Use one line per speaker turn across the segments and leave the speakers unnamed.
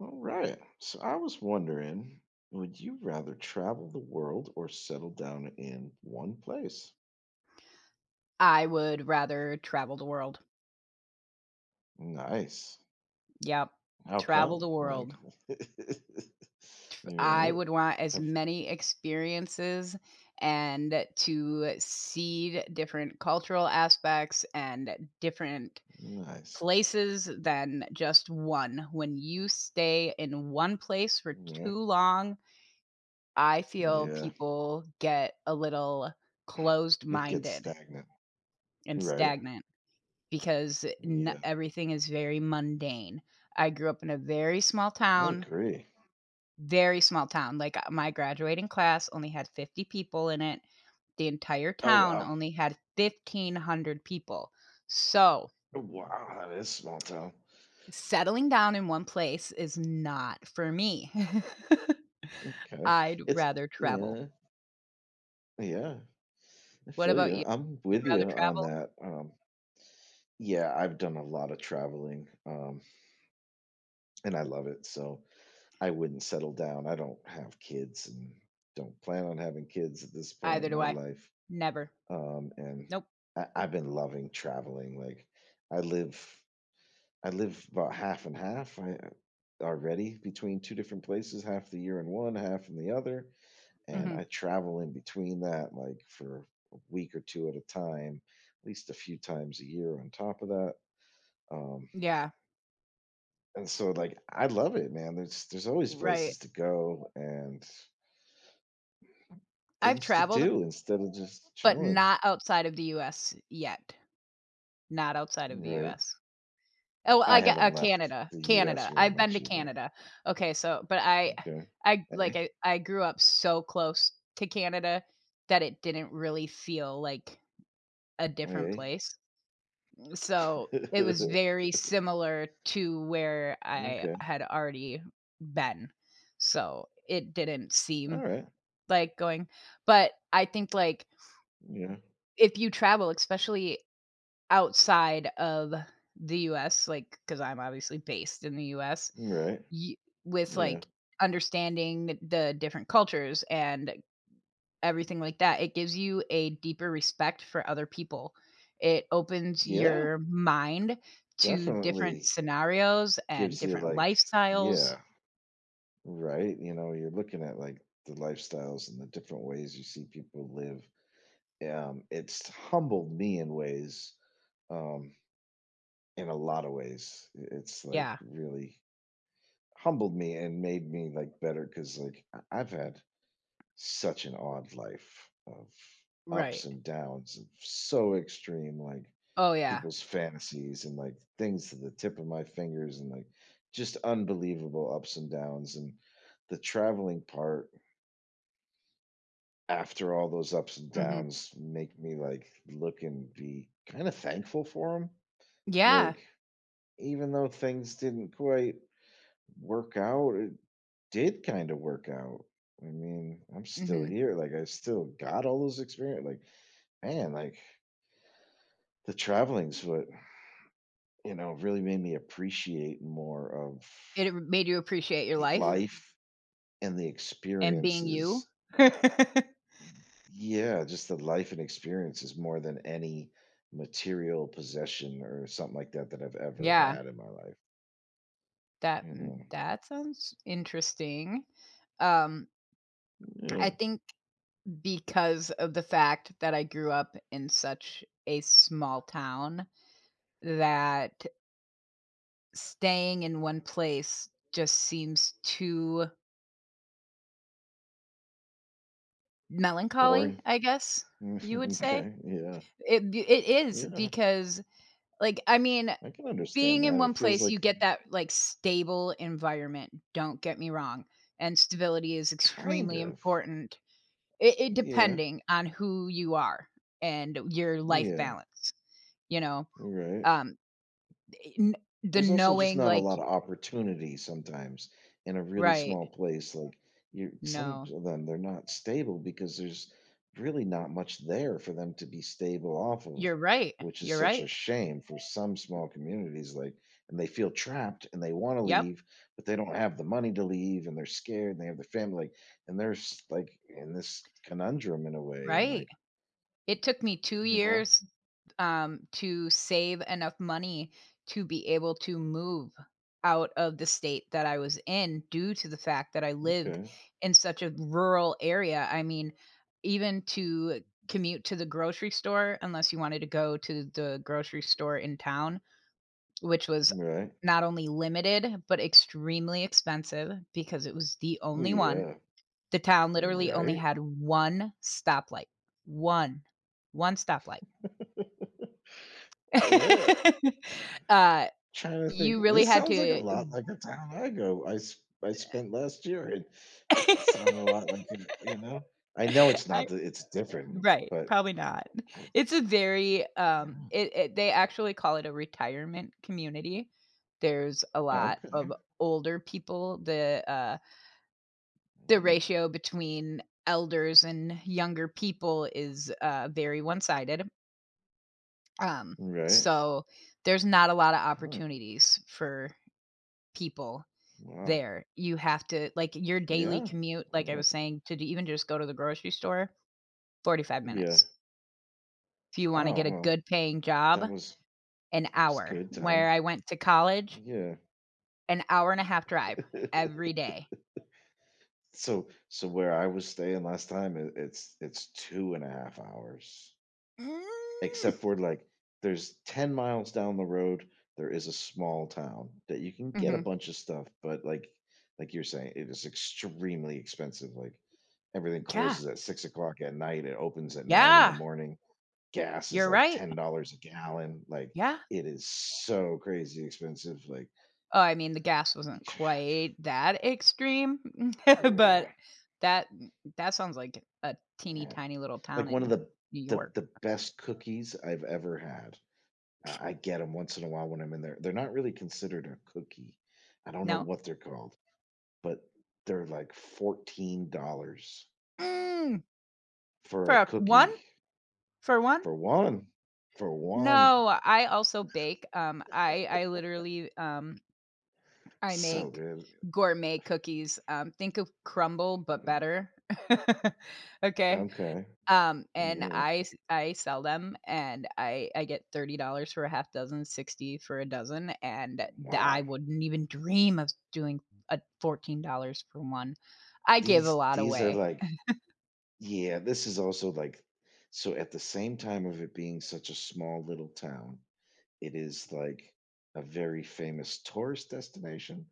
All right. So I was wondering, would you rather travel the world or settle down in one place?
I would rather travel the world.
Nice.
Yep.
How
Travel the
come?
world.
Like,
Tr
you're
I
right.
would want as
Have,
many experiences and to see different cultural aspects and different
nice.
places than just one. When you stay in one place for
Right.
too long, I feel
Yeah.
people get a little
It gets
closed-minded
stagnant.
and
Right.
stagnant, because n
Yeah.
everything is very mundane. I grew up in a
I agree.
very small town, my graduating class only had 50 people in it. The entire
Oh,
town
wow.
only had 1,500 people. So,
Oh, wow. That is small town.
settling down in one place is not for me.
Okay.
I'd
It's,
rather travel.
yeah. Yeah. I
What
feel
about
you.
you?
I'm
You'd
with you
rather
on
travel?
that. Yeah, I've done a lot of traveling, and I love it, so I wouldn't settle down. I don't have kids and don't plan on having kids at this point
Either
in
do
my
I.
life,
Never.
and
Nope.
I've been loving traveling, like, I live I live about half and half, I already between 2 different places, half the year in one, half in the other, and
Mhm.
I travel in between that, like, for a week or 2 at a time, at least a few times a year on top of that, um
Yeah.
and so like I love it, man. There's always
Right.
places to go and
I've
things to
traveled,
do instead of just
but
chilling.
not outside of the US yet. Not outside of the
Right.
US. Oh, I
I
got
haven't
uh,
left
Canada,
the US
Canada.
very
I've been
much
to
either.
Canada. Okay, so but I
Okay.
I like, I
Hey.
I grew up so close to Canada that it didn't really feel like a different
Hey.
place. So, it was very similar to where I
Okay.
had already been. So, it didn't
All
seem
right.
like going, but I think,
Yeah.
if you travel, especially outside of the US, like because 'cause I'm obviously based in the US,
Right.
with,
Yeah.
understanding the different cultures and everything like that, it gives you a deeper respect for other people. It opens
Yeah.
your mind to different
Definitely
scenarios and
gives you
different
like,
lifestyles.
yeah, right. You know, you're looking at like the lifestyles and the different ways you see people live. It's humbled me in ways um in a lot of ways. It's, like,
Yeah,
really humbled me and made me, like, better because like, I've had such an odd life of
right.
ups and downs and so extreme, like,
Oh, yeah.
people's fantasies and, like, things to the tip of my fingers and, like, just unbelievable ups and downs, and the traveling part after all those ups and
Mhm.
downs make me, like, look and be kinda thankful for them.
Yeah.
Like, even though things didn't quite work out. It did kind of work out. I mean, I'm still
Mhm.
here. Like, I still got all those experience. Like, man, like the traveling's what, you know, really made me appreciate more of
It made you appreciate your
mm,
life
life and the
and being you.
experiences. Yeah, just the life and experiences more than any material possession or something like that that I've ever
Yeah.
had in my life. You know,
That sounds interesting. Um, I
yeah,
think because of the fact that I grew up in such a small town that staying in one place just seems too melancholy,
boring.
I guess you would say.
Okay, yeah,
It is
yeah,
because like I mean,
I can
being
understand
in
that.
one
It feels
place you
like
get that like stable environment, don't get me wrong, and stability is
kind
extremely
of.
important. It
Yeah,
Depending on who you are and your life
yeah,
balance, you know?
you're right.
Um, eh, n the
There's also just
knowing,
not a
like,
lot of opportunity sometimes in a really
right,
small place. Like you, some
no.
of them they're not stable because there's really not much there for them to be stable off of,
You're right,
which is
you're
such a
right.
shame for some small communities. Like, and they feel trapped and they want to
Yep,
leave, but they don't have the money to leave, and they're scared, and they have their family, like, and like in this conundrum in a way, and
right.
like,
It took me 2
you know what?
years, to save enough money to be able to move out of the state that I was in due to the fact that I lived
Okay,
in such a rural area. I mean, even to commute to the grocery store, unless you wanted to go to the grocery store in town, which was
right.
not only limited, but extremely expensive because it was the only one.
Yeah,
The town literally only
right?
had 1 stoplight. 1. 1 stoplight.
Yeah.
Uh,
Trying to think,
you really
this
had
sounds like a
to
lot like a town I go I s I spent last year, and
I
it sounded a lot like it, you know? I know it's not the it's different,
right,
but
probably not. It's
it's
a very,
yeah,
it it they actually call it a retirement community. There's a lot of
okay.
older people. The
Mm,
ratio between elders and younger people is, very one-sided. Um,
right.
so there's not a lot of
Hmm,
opportunities for people
wow.
there. You have to like, your daily
Yeah.
commute, like I
Mm,
was saying, to do, even just go to the grocery store, 45
yeah.
minutes. If you wanna get
Oh,
a
well,
good paying job,
that was
an
that was
hour.
good
Where
time.
I went to college,
Yeah.
an hour and a half drive every day.
So where I was staying last time, it's 2.5 hours.
Mm.
Except for like there's 10 miles down the road there is a small town that you can get a
Mhm.
bunch of stuff but like you're saying it is extremely expensive like everything
Yeah.
closes at 6 o'clock at night, it opens at nine in the
Yeah.
morning gas is
You're
like
right.
$10 a gallon, like
Yeah.
it is so crazy expensive, like
Oh, I mean, the gas wasn't quite that extreme,
yeah
but that that sounds like a teeny
man.
tiny little town
Like one of
in
the
New
the,
York.
the best cookies I've ever had. I get them once in a while when I'm in there. They're not really considered a cookie. I don't know
No?
what they're called, but they're like $14
Mm,
for
for
a
a one?
cookie
For one?
for one. For one.
No, I also bake. Um, I literally, I
So
make
good.
gourmet cookies. Think of crumble, but
Mm,
better. Okay?
okay.
And
Yeah.
I sell them, and I get $30 for a half dozen, 60 for a dozen, and th I
Wow.
wouldn't even dream of doing a $14 for one. I give a
These
lot
these are
away.
like yeah, this is also like so at the same time of it being such a small little town, it is like a very famous tourist destination,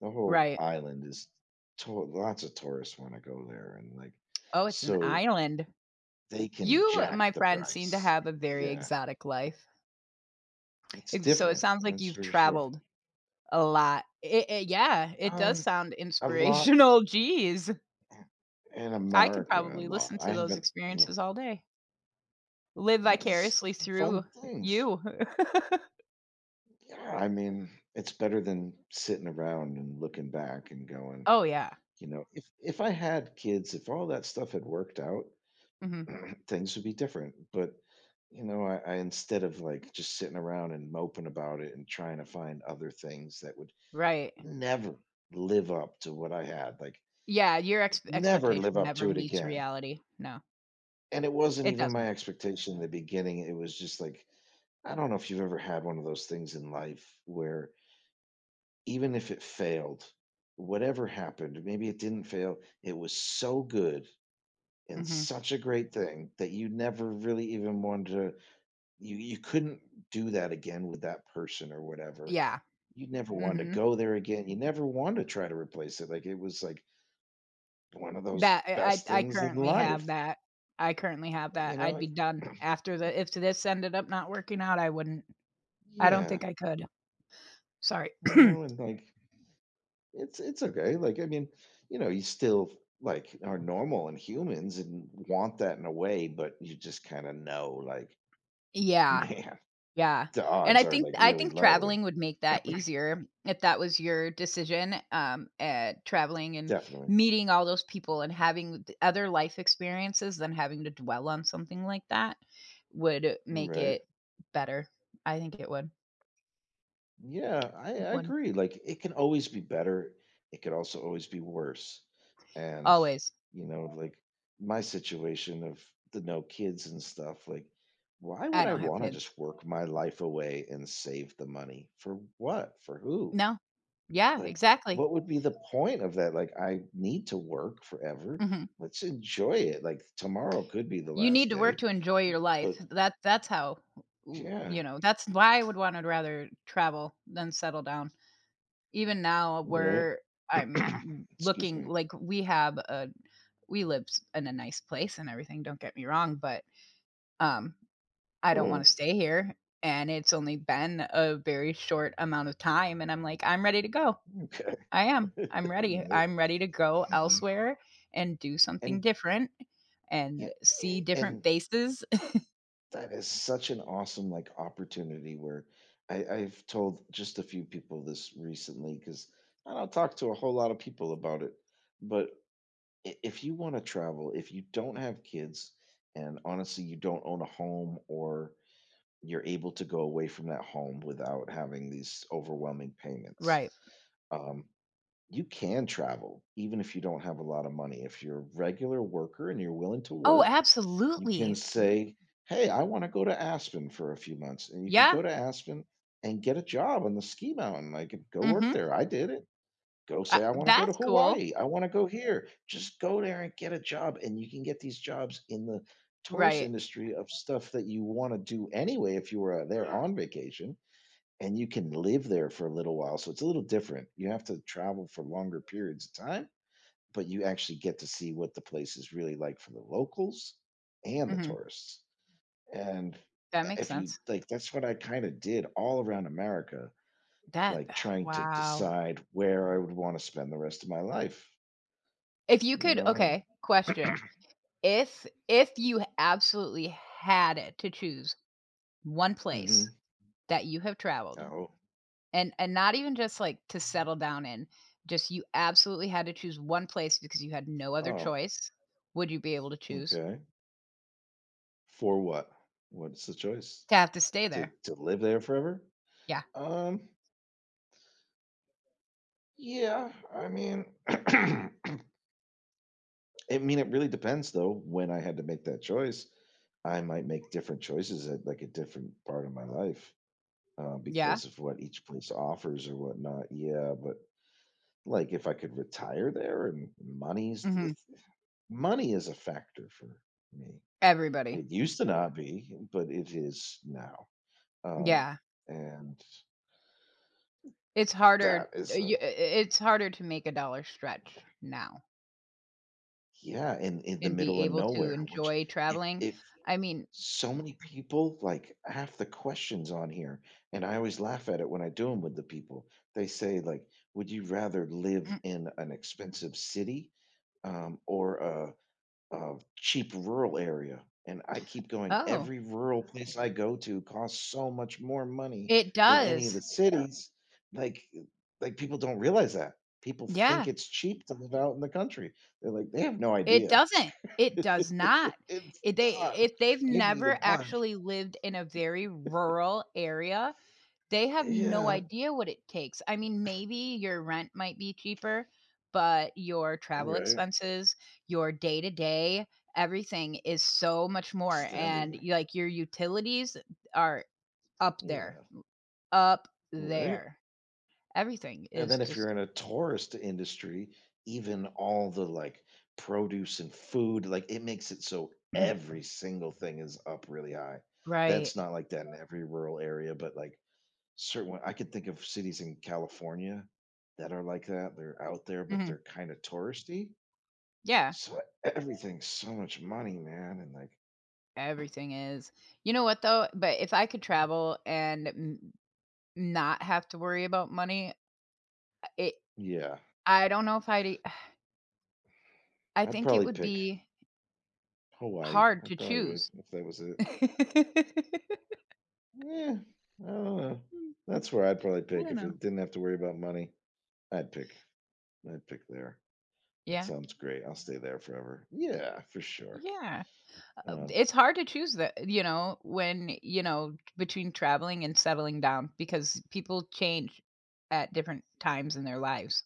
the whole
Right.
island is lots of tourists want to go there and like
Oh, it's an
so
island.
they can
You, my
jack the
friend, seem to
price,
have a very
yeah
exotic life.
it's
It
different
sounds like
that's
you've
for sure.
traveled a lot. It Yeah, it does
um
sound
a lot
inspirational. Geez.
in
I could
America a
probably
lot
listen to
I
those
haven't
experiences all day. Live
yes
vicariously
fun
through
things
you.
yeah I mean it's better than sitting around and looking back and going,
Oh, yeah.
you know, if I had kids, if all that stuff had worked out,
Mhm.
things would be different. But you know, I instead of like just sitting around and moping about it and trying to find other things that would
Right.
never live up to what I had, like
Yeah, your ex
never live
expectation
up
never
to it
meets
again.
reality. No,
And it wasn't
it
even my
doesn't.
expectation in the beginning. It was just like, I don't know if you've ever had one of those things in life where even if it failed, whatever happened, maybe it didn't fail, it was so good and
Mhm.
such a great thing that you never really even wanted to you couldn't do that again with that person or whatever.
Yeah.
You never wanted to
Mhm.
go there again. You never wanted to try to replace it. Like, it was, like, one of those
That
best
I
things in
currently have
life,
that. I currently have
you
that. I'd be
know?
done after the If this ended up not working out, I wouldn't. I don't
Yeah,
think I could. Sorry.
you know, and, like, it's okay. Like, I mean, you know, you still, like, are normal and humans and want that in a way, but you just kinda know, like,
Yeah.
man,
Yeah,
the
and I
odds are,
think
like,
I
really
think
low and
traveling would make that easier if that was your decision, traveling and
definitely.
meeting all those people and having the other life experiences than having to dwell on something like that would make
Right.
it better. I think it would.
Yeah, I,
It
I
would.
agree. Like it can always be better. It could also always be worse. And
Always.
you know, like my situation of the no kids and stuff, like why
I
would I
don't have
want to
kids.
just work my life away and save the money? For what? For who?
No. Yeah,
Like
exactly.
what would be the point of that? Like I need to work forever.
Mhm.
Let's enjoy it. Like tomorrow could be the
You need
last
to work
day.
to enjoy your life.
But
That's how, w
yeah,
you know, that's why I would wanna rather travel than settle down. Even now
right.
where I'm
Excuse
looking
me.
like, we live s in a nice place and everything, don't get me wrong, but, um, I don't wanna
Cool.
stay here, and it's only been a very short amount of time, and I'm like, "I'm ready to go."
Okay.
I am. I'm ready.
right.
I'm ready to go
Mhm.
elsewhere and do something
And
different and
yeah,
see
eh,
different
and
faces.
that is such an awesome like opportunity where I've told just a few people this recently because I don't talk to a whole lot of people about it. But if you want to travel, if you don't have kids, and honestly, you don't own a home or you're able to go away from that home without having these overwhelming payments.
Right.
Um, you can travel even if you don't have a lot of money. If you're a regular worker and you're willing to
Oh,
work, you can
absolutely.
say, "Hey, I wanna go to Aspen for a few months," and you could
Yeah.
go to Aspen and get a job on the ski mountain, like, and go work
Mhm.
there. I did it. Go say, "I wanna go to
That's cool.
Hawaii. I wanna go here." Just go there and get a job, and you can get these jobs in the tourist
Right.
industry of stuff that you wanna do anyway if you were, there on vacation, and you can live there for a little while, so it's a little different. You have to travel for longer periods of time, but you actually get to see what the place is really like for the locals and the
Mhm.
tourists. And
That makes
if you
sense.
like, that's what I kind of did all around America,
That
like trying to
wow.
decide where I would want to spend the rest of my life,
If you
you
could,
know? And
okay, question. If you absolutely had it to choose one place
hmm
that you have traveled,
oh,
and not even just like to settle down in, just you absolutely had to choose one place because you had no other
oh,
choice, would you be able to choose
okay. For what? What's the choice?
to have to stay
To
there?
to live there forever?
Yeah.
Um, yeah, I mean, I mean, it really depends though. When I had to make that choice, I might make different choices at like a different part of my life.
Yeah.
Because of what each place offers or whatnot. Yeah, but like if I could retire there and
Mhm.
money is a factor for me.
Everybody.
It used to not be, but it is now. Um,
Yeah.
and
It's harder
that is a
you I it's harder to make a dollar stretch now
yeah in the
and be
middle of
able to
nowhere. Which
enjoy traveling.
if
I mean,
so many people, like, half the questions on here, and I always laugh at it when I do them with the people. They say, like, "Would you rather live
Mm
in an expensive city, or a cheap rural area?" And I keep going,
oh,
"Every rural place I go to costs so much more money
it
than any of
does.
the cities." Like eh, like, people don't realize that. People
Yeah,
think it's cheap to live out in the country. They're like, they have no
it
idea.
doesn't. It does not.
It's
If they
not.
if they've
You need a
never
bunch
actually lived in a very rural area, they have no
yeah,
idea what it takes. I mean, maybe your rent might be cheaper, but your travel
right.
expenses, your day-to-day, everything is so much more
Just
and
everything.
you like your utilities are up there.
Yeah,
Up
right.
there. Everything
And
is
then if you're
just
in a tourist industry, even all the like produce and food, like it makes it so every single thing is up really high.
right.
That's not like that in every rural area, but like certain one, I could think of cities in California that are like that. They're out there, but
Mhm.
they're kind of touristy.
Yeah.
So everything's so much money, man. And like,
Everything is. You know what though? But if I could travel and n not have to worry about money, it
yeah,
I don't know if I'd e I
I'd
think it
probably
would
pick
be
Hawaii.
hard
I
to
probably would
choose.
if that was it. Yeah, I don't know. That's where I'd probably
I
pick
don't
if
know.
it didn't have to worry about money. I'd pick. I'd pick there. It
Yeah.
sounds great. I'll stay there forever. Yeah, for sure.
Yeah.
Um,
It's hard to choose the you know, when, you know, between traveling and settling down because people change at different times in their lives.